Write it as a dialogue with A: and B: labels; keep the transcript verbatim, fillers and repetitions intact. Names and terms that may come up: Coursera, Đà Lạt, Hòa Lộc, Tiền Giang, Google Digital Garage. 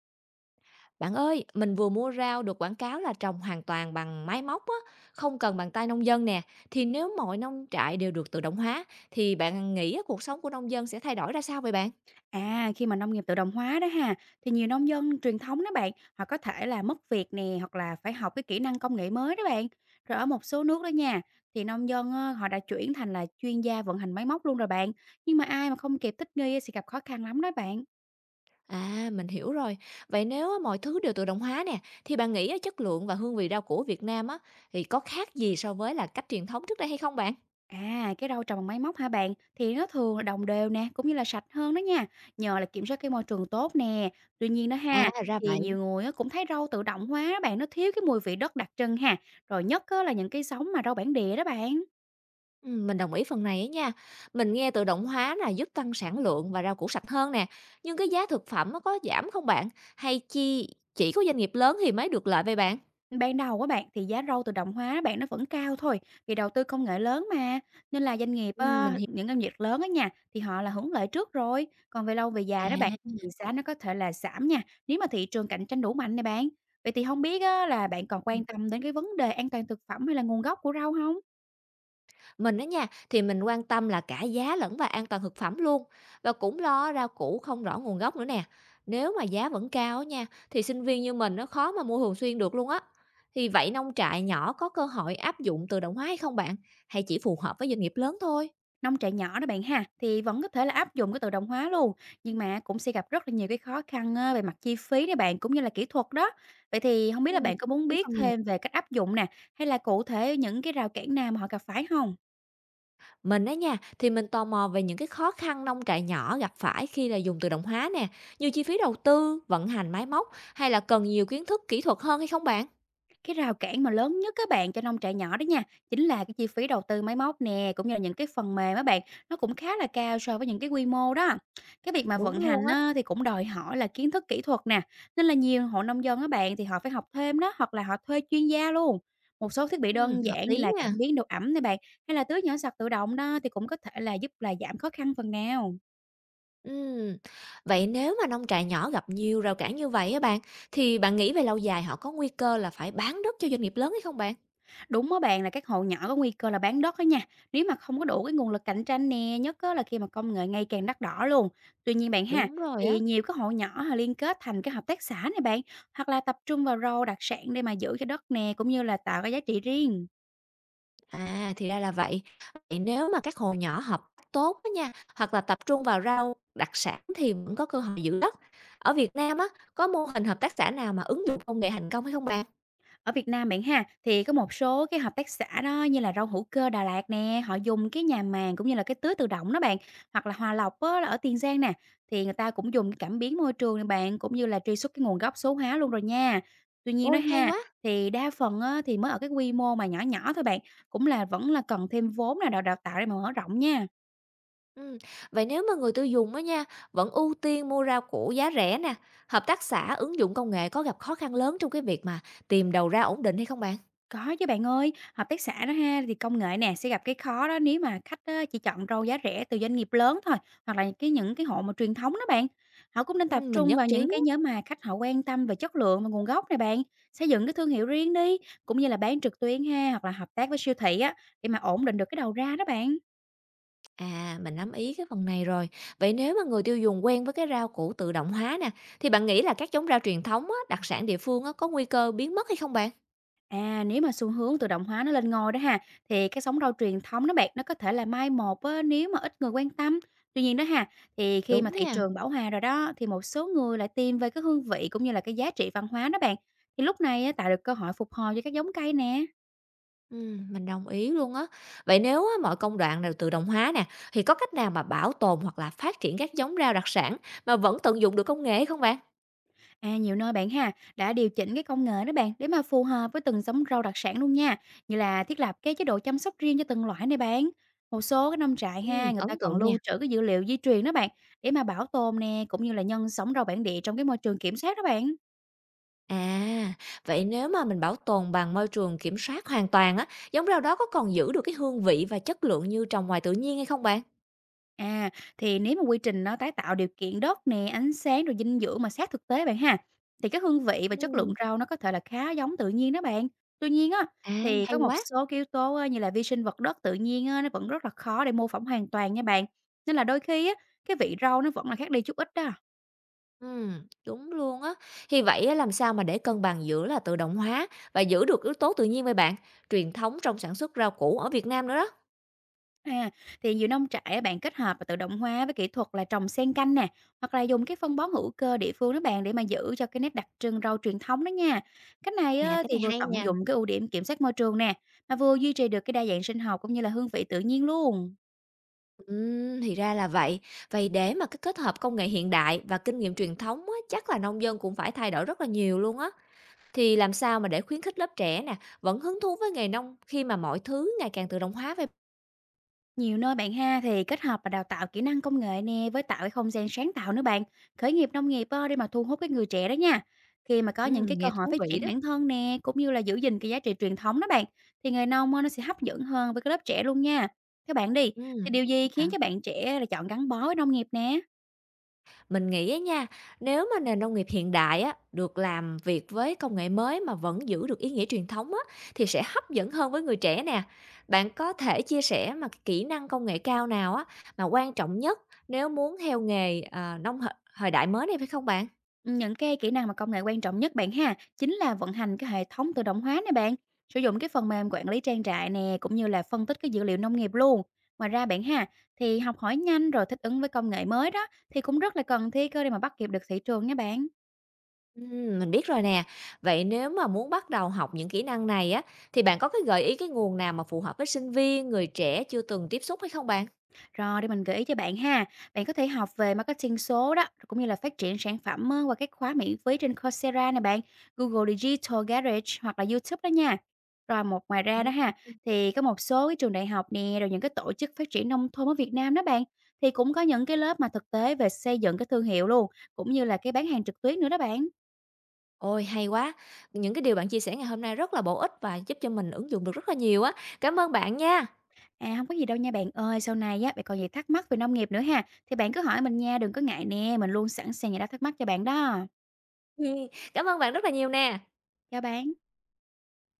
A: Bạn ơi, mình vừa mua rau được quảng cáo là trồng hoàn toàn bằng máy móc á, không cần bàn tay nông dân nè. Thì nếu mọi nông trại đều được tự động hóa, thì bạn nghĩ á, cuộc sống của nông dân sẽ thay đổi ra sao vậy bạn?
B: À, khi mà nông nghiệp tự động hóa đó ha, thì nhiều nông dân truyền thống đó bạn, họ có thể là mất việc nè, hoặc là phải học cái kỹ năng công nghệ mới đó bạn. Rồi ở một số nước đó nha, thì nông dân ờ, họ đã chuyển thành là chuyên gia vận hành máy móc luôn rồi bạn. Nhưng mà ai mà không kịp thích nghi á, sẽ gặp khó khăn lắm đó bạn.
A: À, mình hiểu rồi. Vậy nếu á, mọi thứ đều tự động hóa nè, thì bạn nghĩ á, chất lượng và hương vị rau củ Việt Nam á, thì có khác gì so với là cách truyền thống trước đây hay không bạn?
B: À, cái rau trồng bằng máy móc hả bạn? Thì nó thường là đồng đều nè, cũng như là sạch hơn đó nha. Nhờ là kiểm soát cái môi trường tốt nè. Tuy nhiên đó
A: À,
B: ha,
A: ra
B: thì
A: vậy.
B: nhiều người á cũng thấy rau tự động hóa đó bạn, nó thiếu cái mùi vị đất đặc trưng ha. Rồi nhất á là những cái giống mà rau bản địa đó bạn.
A: Ừm, mình đồng ý phần này á nha. Mình nghe tự động hóa là giúp tăng sản lượng và rau củ sạch hơn nè. Nhưng cái giá thực phẩm nó có giảm không bạn? Hay chi chỉ có doanh nghiệp lớn thì mới được lợi vậy bạn?
B: Ban đầu á bạn, thì giá rau tự động hóa bạn nó vẫn cao thôi, vì đầu tư công nghệ lớn mà, nên là doanh nghiệp,
A: Ừm,
B: ơ
A: mình hiểu.
B: những doanh nghiệp lớn á nha, thì họ là hưởng lợi trước rồi. Còn về lâu về
A: À,
B: dài đó bạn, thì giá nó có thể là giảm nha, nếu mà thị trường cạnh tranh đủ mạnh nè bạn. Vậy thì không biết á là bạn còn quan tâm đến cái vấn đề an toàn thực phẩm hay là nguồn gốc của rau không?
A: mình á nha, thì mình quan tâm là cả giá lẫn và an toàn thực phẩm luôn. Và cũng lo rau củ không rõ nguồn gốc nữa nè. Nếu mà giá vẫn cao á nha, thì sinh viên như mình nó khó mà mua thường xuyên được luôn á. Thì vậy nông trại nhỏ có cơ hội áp dụng tự động hóa hay không bạn? Hay chỉ phù hợp với doanh nghiệp lớn thôi?
B: Nông trại nhỏ đó bạn ha, thì vẫn có thể là áp dụng cái tự động hóa luôn, nhưng mà cũng sẽ gặp rất là nhiều cái khó khăn, ơ, về mặt chi phí nè bạn, cũng như là kỹ thuật đó. Vậy thì không biết là
A: Ừm,
B: bạn có muốn
A: ý
B: biết
A: phần
B: thêm về cách áp dụng nè, hay là cụ thể những cái rào cản nào mà họ gặp phải không?
A: mình á nha, thì mình tò mò về những cái khó khăn nông trại nhỏ gặp phải khi là dùng tự động hóa nè, như chi phí đầu tư, vận hành máy móc hay là cần nhiều kiến thức kỹ thuật hơn hay không bạn?
B: Cái rào cản mà lớn nhất các bạn cho nông trại nhỏ đó nha, chính là cái chi phí đầu tư máy móc nè, cũng như là những cái phần mềm á bạn, nó cũng khá là cao so với những cái quy mô đó. Cái việc mà
A: Đúng
B: vận
A: luôn
B: hành
A: á.
B: á, thì cũng đòi hỏi là kiến thức kỹ thuật nè, nên là nhiều hộ nông dân á bạn thì họ phải học thêm đó, hoặc là họ thuê chuyên gia luôn. Một số thiết bị
A: Ừ,
B: đơn
A: hợp
B: giản như
A: lý
B: là
A: nha.
B: cảm biến độ ẩm này bạn, hay là tưới nhỏ giọt tự động đó thì cũng có thể là giúp là giảm khó khăn phần nào.
A: Ừ. Vậy nếu mà nông trại nhỏ gặp nhiều rào cản như vậy á bạn, thì bạn nghĩ về lâu dài họ có nguy cơ là phải bán đất cho doanh nghiệp lớn hay không bạn?
B: Đúng á bạn, là các hộ nhỏ có nguy cơ là bán đất đó nha, nếu mà không có đủ cái nguồn lực cạnh tranh nè, nhất á là khi mà công nghệ ngày càng đắt đỏ luôn. Tuy nhiên bạn ha,
A: Đúng rồi
B: thì
A: á.
B: nhiều cái hộ nhỏ họ liên kết thành cái hợp tác xã này bạn, hoặc là tập trung vào rau đặc sản để mà giữ cho đất nè, cũng như là tạo cái giá trị riêng.
A: À, thì ra là vậy. Vậy nếu mà các hồ nhỏ hợp tác tốt á nha, hoặc là tập trung vào rau đặc sản thì vẫn có cơ hội giữ đất. Ở Việt Nam á, có mô hình hợp tác xã nào mà ứng dụng công nghệ thành công hay không bạn?
B: Ở Việt Nam bạn ha, thì có một số cái hợp tác xã đó như là rau hữu cơ Đà Lạt nè, họ dùng cái nhà màng cũng như là cái tưới tự động đó bạn, hoặc là Hòa Lộc á, là ở Tiền Giang nè, thì người ta cũng dùng cái cảm biến môi trường nè bạn, cũng như là truy xuất cái nguồn gốc số hóa luôn rồi nha. Tuy nhiên đó
A: Ôi, hay
B: ha,
A: quá.
B: thì đa phần á, thì mới ở cái quy mô mà nhỏ nhỏ thôi bạn, cũng là vẫn là cần thêm vốn là đào đào tạo để mà mở rộng nha.
A: Ừ. Vậy nếu mà người tiêu dùng á nha, vẫn ưu tiên mua rau củ giá rẻ nè, hợp tác xã ứng dụng công nghệ có gặp khó khăn lớn trong cái việc mà tìm đầu ra ổn định hay không bạn?
B: Có chứ bạn ơi, hợp tác xã đó ha, thì công nghệ nè sẽ gặp cái khó đó nếu mà khách á, chỉ chọn rau giá rẻ từ doanh nghiệp lớn thôi, hoặc là cái những cái hộ mà truyền thống đó bạn. Họ cũng nên
A: Ừ,
B: tập
A: mình
B: trung
A: nhất
B: vào
A: trí.
B: những cái nhóm mà khách họ quan tâm về chất lượng và nguồn gốc này bạn, xây dựng cái thương hiệu riêng đi, cũng như là bán trực tuyến ha, hoặc là hợp tác với siêu thị á để mà ổn định được cái đầu ra đó bạn.
A: À, mình nắm ý cái phần này rồi. Vậy nếu mà người tiêu dùng quen với cái rau củ tự động hóa nè, thì bạn nghĩ là các giống rau truyền thống á, đặc sản địa phương á, có nguy cơ biến mất hay không bạn?
B: À, nếu mà xu hướng tự động hóa nó lên ngôi đó ha, thì cái sóng rau truyền thống đó bạn nó có thể là mai một á, nếu mà ít người quan tâm. Tuy nhiên đó ha, thì khi mà
A: Đúng
B: thị
A: nè,
B: trường bão hòa rồi đó, thì một số người lại tìm về cái hương vị cũng như là cái giá trị văn hóa đó bạn. Thì lúc này á, tạo được cơ hội phục hồi cho các giống cây nè.
A: ừ, mình đồng ý luôn á. Vậy nếu á, mọi công đoạn đều tự động hóa nè, thì có cách nào mà bảo tồn hoặc là phát triển các giống rau đặc sản mà vẫn tận dụng được công nghệ không bạn?
B: À, nhiều nơi bạn ha đã điều chỉnh cái công nghệ đó bạn để mà phù hợp với từng giống rau đặc sản luôn nha. Như là thiết lập cái chế độ chăm sóc riêng cho từng loại này bạn. Một số cái nông trại
A: Ừ,
B: ha người
A: ấn
B: ta còn
A: tượng nè.
B: lưu trữ cái dữ liệu di truyền đó bạn để mà bảo tồn nè, cũng như là nhân giống rau bản địa trong cái môi trường kiểm soát đó bạn.
A: À, vậy nếu mà mình bảo tồn bằng môi trường kiểm soát hoàn toàn á, giống rau đó có còn giữ được cái hương vị và chất lượng như trồng ngoài tự nhiên hay không bạn?
B: À, thì nếu mà quy trình nó tái tạo điều kiện đất nè, ánh sáng rồi dinh dưỡng mà sát thực tế bạn ha, thì cái hương vị và chất
A: Ừ.
B: lượng rau nó có thể là khá giống tự nhiên đó bạn. Tuy nhiên á,
A: À,
B: thì có
A: hay
B: một
A: quá!
B: số cái yếu tố á, như là vi sinh vật đất tự nhiên á, nó vẫn rất là khó để mô phỏng hoàn toàn nha bạn. Nên là đôi khi á, cái vị rau nó vẫn là khác đi chút ít đó.
A: Ừm, đúng luôn á. Thì vậy á, làm sao mà để cân bằng giữa là tự động hóa và giữ được yếu tố tự nhiên với bạn? Truyền thống trong sản xuất rau củ ở Việt Nam nữa đó.
B: À, thì nhiều nông trại á bạn kết hợp và tự động hóa với kỹ thuật là trồng xen canh nè, hoặc là dùng cái phân bón hữu cơ địa phương đó bạn để mà giữ cho cái nét đặc trưng rau truyền thống đó nha. Cách này
A: À,
B: á,
A: cái
B: thì
A: này
B: vừa
A: hay
B: tận
A: nè.
B: dụng cái ưu điểm kiểm soát môi trường nè, mà vừa duy trì được cái đa dạng sinh học cũng như là hương vị tự nhiên luôn.
A: Ừm, thì ra là vậy. Vậy để mà cái kết hợp công nghệ hiện đại và kinh nghiệm truyền thống á, chắc là nông dân cũng phải thay đổi rất là nhiều luôn á. Thì làm sao mà để khuyến khích lớp trẻ nè, vẫn hứng thú với nghề nông khi mà mọi thứ ngày càng tự động hóa vậy?
B: Nhiều nơi bạn ha thì kết hợp và đào tạo kỹ năng công nghệ nè với tạo cái không gian sáng tạo nữa bạn. Khởi nghiệp nông nghiệp á, để mà thu hút cái người trẻ đó nha. Khi mà có những
A: Ừm,
B: cái cơ
A: nghe
B: hội
A: thú
B: phát
A: vị
B: triển
A: đó.
B: bản thân nè, cũng như là giữ gìn cái giá trị truyền thống đó bạn, thì người nông á, nó sẽ hấp dẫn hơn với cái lớp trẻ luôn nha. Các bạn đi, thì
A: Ừm.
B: điều gì khiến
A: À.
B: cho bạn trẻ là chọn gắn bó với nông nghiệp nè?
A: Mình nghĩ á nha, nếu mà nền nông nghiệp hiện đại á, được làm việc với công nghệ mới mà vẫn giữ được ý nghĩa truyền thống á, thì sẽ hấp dẫn hơn với người trẻ nè. Bạn có thể chia sẻ mà cái kỹ năng công nghệ cao nào á, mà quan trọng nhất nếu muốn theo nghề à, nông h- thời đại mới này phải không bạn?
B: Những cái kỹ năng mà công nghệ quan trọng nhất bạn ha, chính là vận hành cái hệ thống tự động hóa nè bạn, sử dụng cái phần mềm quản lý trang trại nè, cũng như là phân tích cái dữ liệu nông nghiệp luôn. Ngoài ra bạn ha, thì học hỏi nhanh rồi thích ứng với công nghệ mới đó, thì cũng rất là cần thiết cơ, để mà bắt kịp được thị trường nha bạn.
A: Ừm, mình biết rồi nè. Vậy nếu mà muốn bắt đầu học những kỹ năng này á, thì bạn có cái gợi ý cái nguồn nào mà phù hợp với sinh viên, người trẻ chưa từng tiếp xúc hay không bạn?
B: Rồi để mình gợi ý cho bạn ha. Bạn có thể học về marketing số đó, cũng như là phát triển sản phẩm á, qua các khóa miễn phí trên Coursera nè bạn, Google Digital Garage hoặc là YouTube đó nha. Rồi một ngoài ra đó ha, thì có một số cái trường đại học nè, rồi những cái tổ chức phát triển nông thôn ở Việt Nam đó bạn, thì cũng có những cái lớp mà thực tế về xây dựng cái thương hiệu luôn, cũng như là cái bán hàng trực tuyến nữa đó bạn.
A: Ôi, hay quá! Những cái điều bạn chia sẻ ngày hôm nay rất là bổ ích và giúp cho mình ứng dụng được rất là nhiều á. Cảm ơn bạn nha.
B: À, không có gì đâu nha bạn ơi, sau này á, bạn còn gì thắc mắc về nông nghiệp nữa ha, thì bạn cứ hỏi mình nha, đừng có ngại nè, mình luôn sẵn sàng giải đáp thắc mắc cho bạn đó.
A: Cảm ơn bạn rất là nhiều nè.
B: Chào bạn.